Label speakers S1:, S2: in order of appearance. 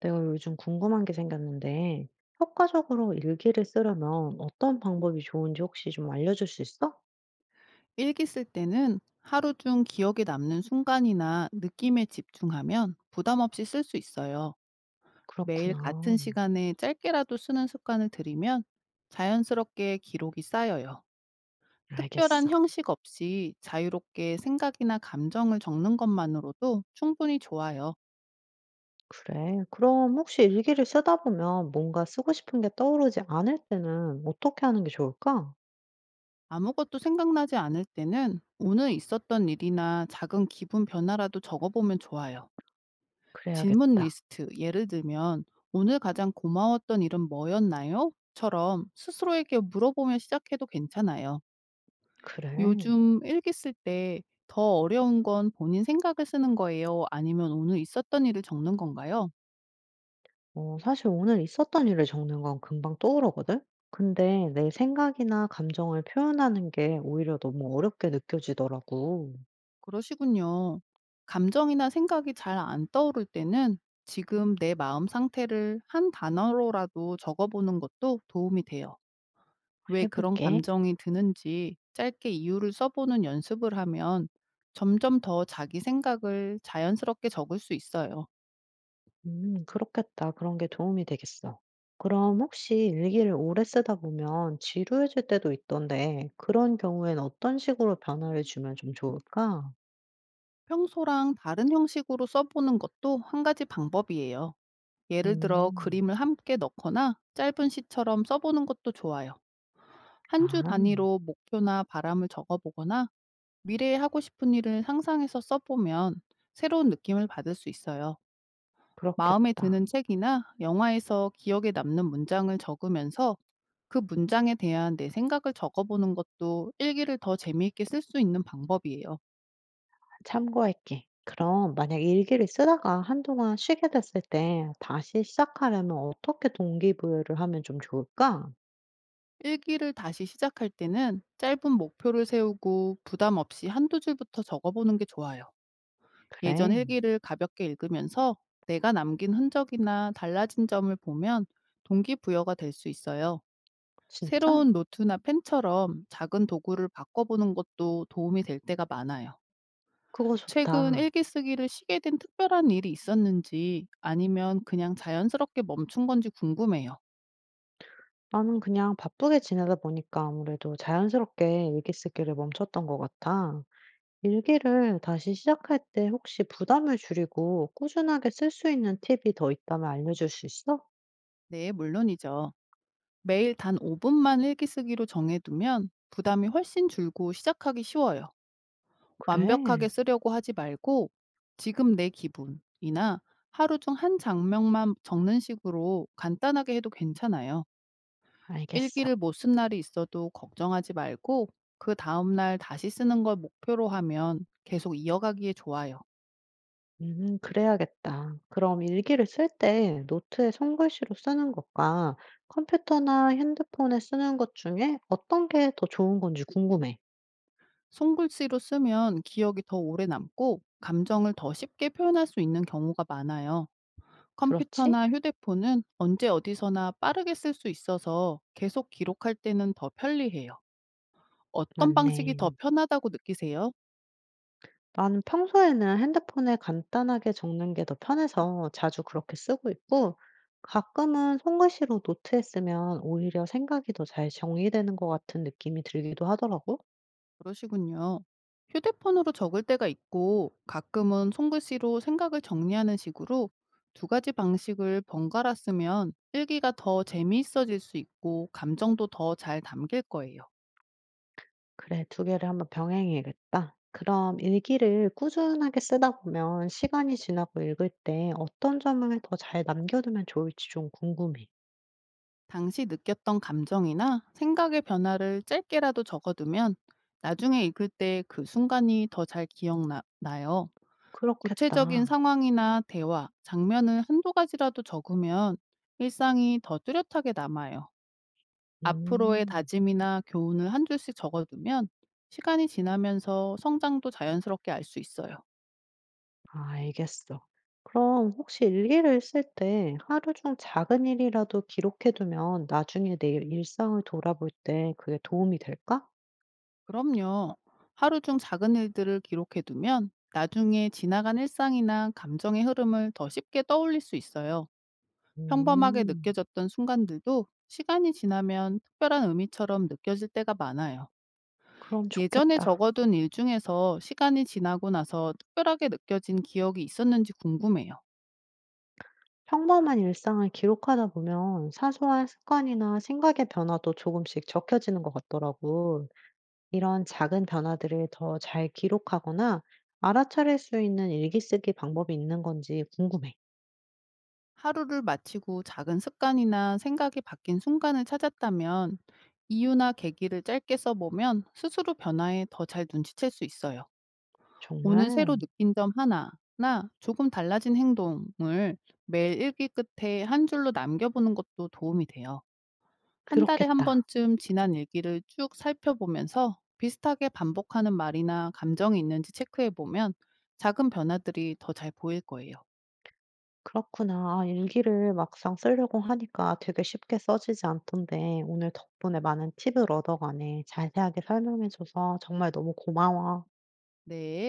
S1: 내가 요즘 궁금한 게 생겼는데, 효과적으로 일기를 쓰려면 어떤 방법이 좋은지 혹시 좀 알려줄 수 있어?
S2: 일기 쓸 때는 하루 중 기억에 남는 순간이나 느낌에 집중하면 부담 없이 쓸 수 있어요. 매일 같은
S1: 그렇구나.
S2: 시간에 짧게라도 쓰는 습관을 들이면 자연스럽게 기록이 쌓여요. 특별한
S1: 알겠어.
S2: 형식 없이 자유롭게 생각이나 감정을 적는 것만으로도 충분히 좋아요.
S1: 그래. 그럼 혹시 일기를 쓰다 보면 뭔가 쓰고 싶은 게 떠오르지 않을 때는 어떻게 하는 게 좋을까?
S2: 아무것도 생각나지 않을 때는 오늘 있었던 일이나 작은 기분 변화라도 적어보면 좋아요. 질문
S1: 그래야겠다.
S2: 리스트, 예를 들면 "오늘 가장 고마웠던 일은 뭐였나요?" 처럼 스스로에게 물어보며 시작해도 괜찮아요.
S1: 그래.
S2: "요즘 일기 쓸 때 더 어려운 건 본인 생각을 쓰는 거예요? 아니면 오늘 있었던 일을 적는 건가요?"
S1: 어, 사실 오늘 있었던 일을 적는 건 금방 떠오르거든? 근데 내 생각이나 감정을 표현하는 게 오히려 너무 어렵게 느껴지더라고.
S2: 그러시군요. 감정이나 생각이 잘 안 떠오를 때는 지금 내 마음 상태를 한 단어로라도 적어보는 것도 도움이 돼요. 왜 그런
S1: 해볼게.
S2: 감정이 드는지 짧게 이유를 써보는 연습을 하면 점점 더 자기 생각을 자연스럽게 적을 수 있어요.
S1: 그렇겠다. 그런 게 도움이 되겠어. 그럼 혹시 일기를 오래 쓰다 보면 지루해질 때도 있던데 그런 경우엔 어떤 식으로 변화를 주면 좀 좋을까?
S2: 평소랑 다른 형식으로 써보는 것도 한 가지 방법이에요. 예를 들어
S1: 음.
S2: 그림을 함께 넣거나 짧은 시처럼 써보는 것도 좋아요. 한 주
S1: 아
S2: 단위로 목표나 바람을 적어보거나 미래에 하고 싶은 일을 상상해서 써보면 새로운 느낌을 받을 수 있어요. 마음에
S1: 그렇겠다.
S2: 드는 책이나 영화에서 기억에 남는 문장을 적으면서 그 문장에 대한 내 생각을 적어보는 것도 일기를 더 재미있게 쓸 수 있는 방법이에요.
S1: 참고할게. 그럼 만약 일기를 쓰다가 한동안 쉬게 됐을 때 다시 시작하려면 어떻게 동기부여를 하면 좀 좋을까?
S2: 일기를 다시 시작할 때는 짧은 목표를 세우고 부담 없이 한두 줄부터 적어보는 게 좋아요. 예전
S1: 그래.
S2: 일기를 가볍게 읽으면서 내가 남긴 흔적이나 달라진 점을 보면 동기부여가 될 수 있어요.
S1: 진짜?
S2: 새로운 노트나 펜처럼 작은 도구를 바꿔보는 것도 도움이 될 때가 많아요.
S1: 그거
S2: 최근
S1: 좋다.
S2: 일기 쓰기를 쉬게 된 특별한 일이 있었는지, 아니면 그냥 자연스럽게 멈춘 건지 궁금해요.
S1: 나는 그냥 바쁘게 지내다 보니까 아무래도 자연스럽게 일기 쓰기를 멈췄던 것 같아. 일기를 다시 시작할 때 혹시 부담을 줄이고 꾸준하게 쓸 수 있는 팁이 더 있다면 알려줄 수 있어?
S2: 네, 물론이죠. 매일 단 5분만 일기 쓰기로 정해두면 부담이 훨씬 줄고 시작하기 쉬워요. 완벽하게
S1: 그래,
S2: 쓰려고 하지 말고 지금 내 기분이나 하루 중 한 장면만 적는 식으로 간단하게 해도 괜찮아요.
S1: 알겠어.
S2: 일기를 못 쓴 날이 있어도 걱정하지 말고 그 다음날 다시 쓰는 걸 목표로 하면 계속 이어가기에 좋아요.
S1: 그래야겠다. 그럼 일기를 쓸 때 노트에 손글씨로 쓰는 것과 컴퓨터나 핸드폰에 쓰는 것 중에 어떤 게 더 좋은 건지 궁금해.
S2: 손글씨로 쓰면 기억이 더 오래 남고 감정을 더 쉽게 표현할 수 있는 경우가 많아요.
S1: 그렇지?
S2: 컴퓨터나 휴대폰은 언제 어디서나 빠르게 쓸 수 있어서 계속 기록할 때는 더 편리해요. 어떤 방식이 더
S1: 맞네.
S2: 편하다고 느끼세요?
S1: 나는 평소에는 핸드폰에 간단하게 적는 게 더 편해서 자주 그렇게 쓰고 있고, 가끔은 손글씨로 노트에 쓰면 오히려 생각이 더 잘 정리되는 것 같은 느낌이 들기도 하더라고.
S2: 그러시군요. 휴대폰으로 적을 때가 있고 가끔은 손글씨로 생각을 정리하는 식으로 두 가지 방식을 번갈아 쓰면 일기가 더 재미있어질 수 있고 감정도 더 잘 담길 거예요.
S1: 그래, 두 개를 한번 병행해야겠다. 그럼 일기를 꾸준하게 쓰다 보면 시간이 지나고 읽을 때 어떤 점을 더 잘 남겨두면 좋을지 좀 궁금해.
S2: 당시 느꼈던 감정이나 생각의 변화를 짧게라도 적어두면 나중에 읽을 때 그 순간이 더 잘 기억나요. 구체적인
S1: 그렇겠다.
S2: 상황이나 대화, 장면을 한두 가지라도 적으면 일상이 더 뚜렷하게 남아요. 앞으로의
S1: 음.
S2: 다짐이나 교훈을 한 줄씩 적어두면 시간이 지나면서 성장도 자연스럽게 알 수 있어요.
S1: 아, 알겠어. 그럼 혹시 일기를 쓸 때 하루 중 작은 일이라도 기록해 두면 나중에 내 일상을 돌아볼 때 그게 도움이 될까?
S2: 그럼요. 하루 중 작은 일들을 기록해 두면 나중에 지나간 일상이나 감정의 흐름을 더 쉽게 떠올릴 수 있어요. 평범하게
S1: 음,
S2: 느껴졌던 순간들도 시간이 지나면 특별한 의미처럼 느껴질 때가 많아요.
S1: 그럼
S2: 예전에
S1: 좋겠다.
S2: 적어둔 일 중에서 시간이 지나고 나서 특별하게 느껴진 기억이 있었는지 궁금해요.
S1: 평범한 일상을 기록하다 보면 사소한 습관이나 생각의 변화도 조금씩 적혀지는 것 같더라고. 이런 작은 변화들을 더 잘 기록하거나 알아차릴 수 있는 일기 쓰기 방법이 있는 건지 궁금해.
S2: 하루를 마치고 작은 습관이나 생각이 바뀐 순간을 찾았다면 이유나 계기를 짧게 써보면 스스로 변화에 더 잘 눈치챌 수 있어요. 오늘 새로
S1: 정말
S2: 느낀 점 하나나 조금 달라진 행동을 매일 일기 끝에 한 줄로 남겨보는 것도 도움이 돼요. 한 달에 한
S1: 그렇겠다.
S2: 번쯤 지난 일기를 쭉 살펴보면서 비슷하게 반복하는 말이나 감정이 있는지 체크해보면 작은 변화들이 더 잘 보일 거예요.
S1: 그렇구나. 아 일기를 막상 쓰려고 하니까 되게 쉽게 써지지 않던데 오늘 덕분에 많은 팁을 얻어가네. 자세하게 설명해 줘서 정말 너무 고마워.
S2: 네.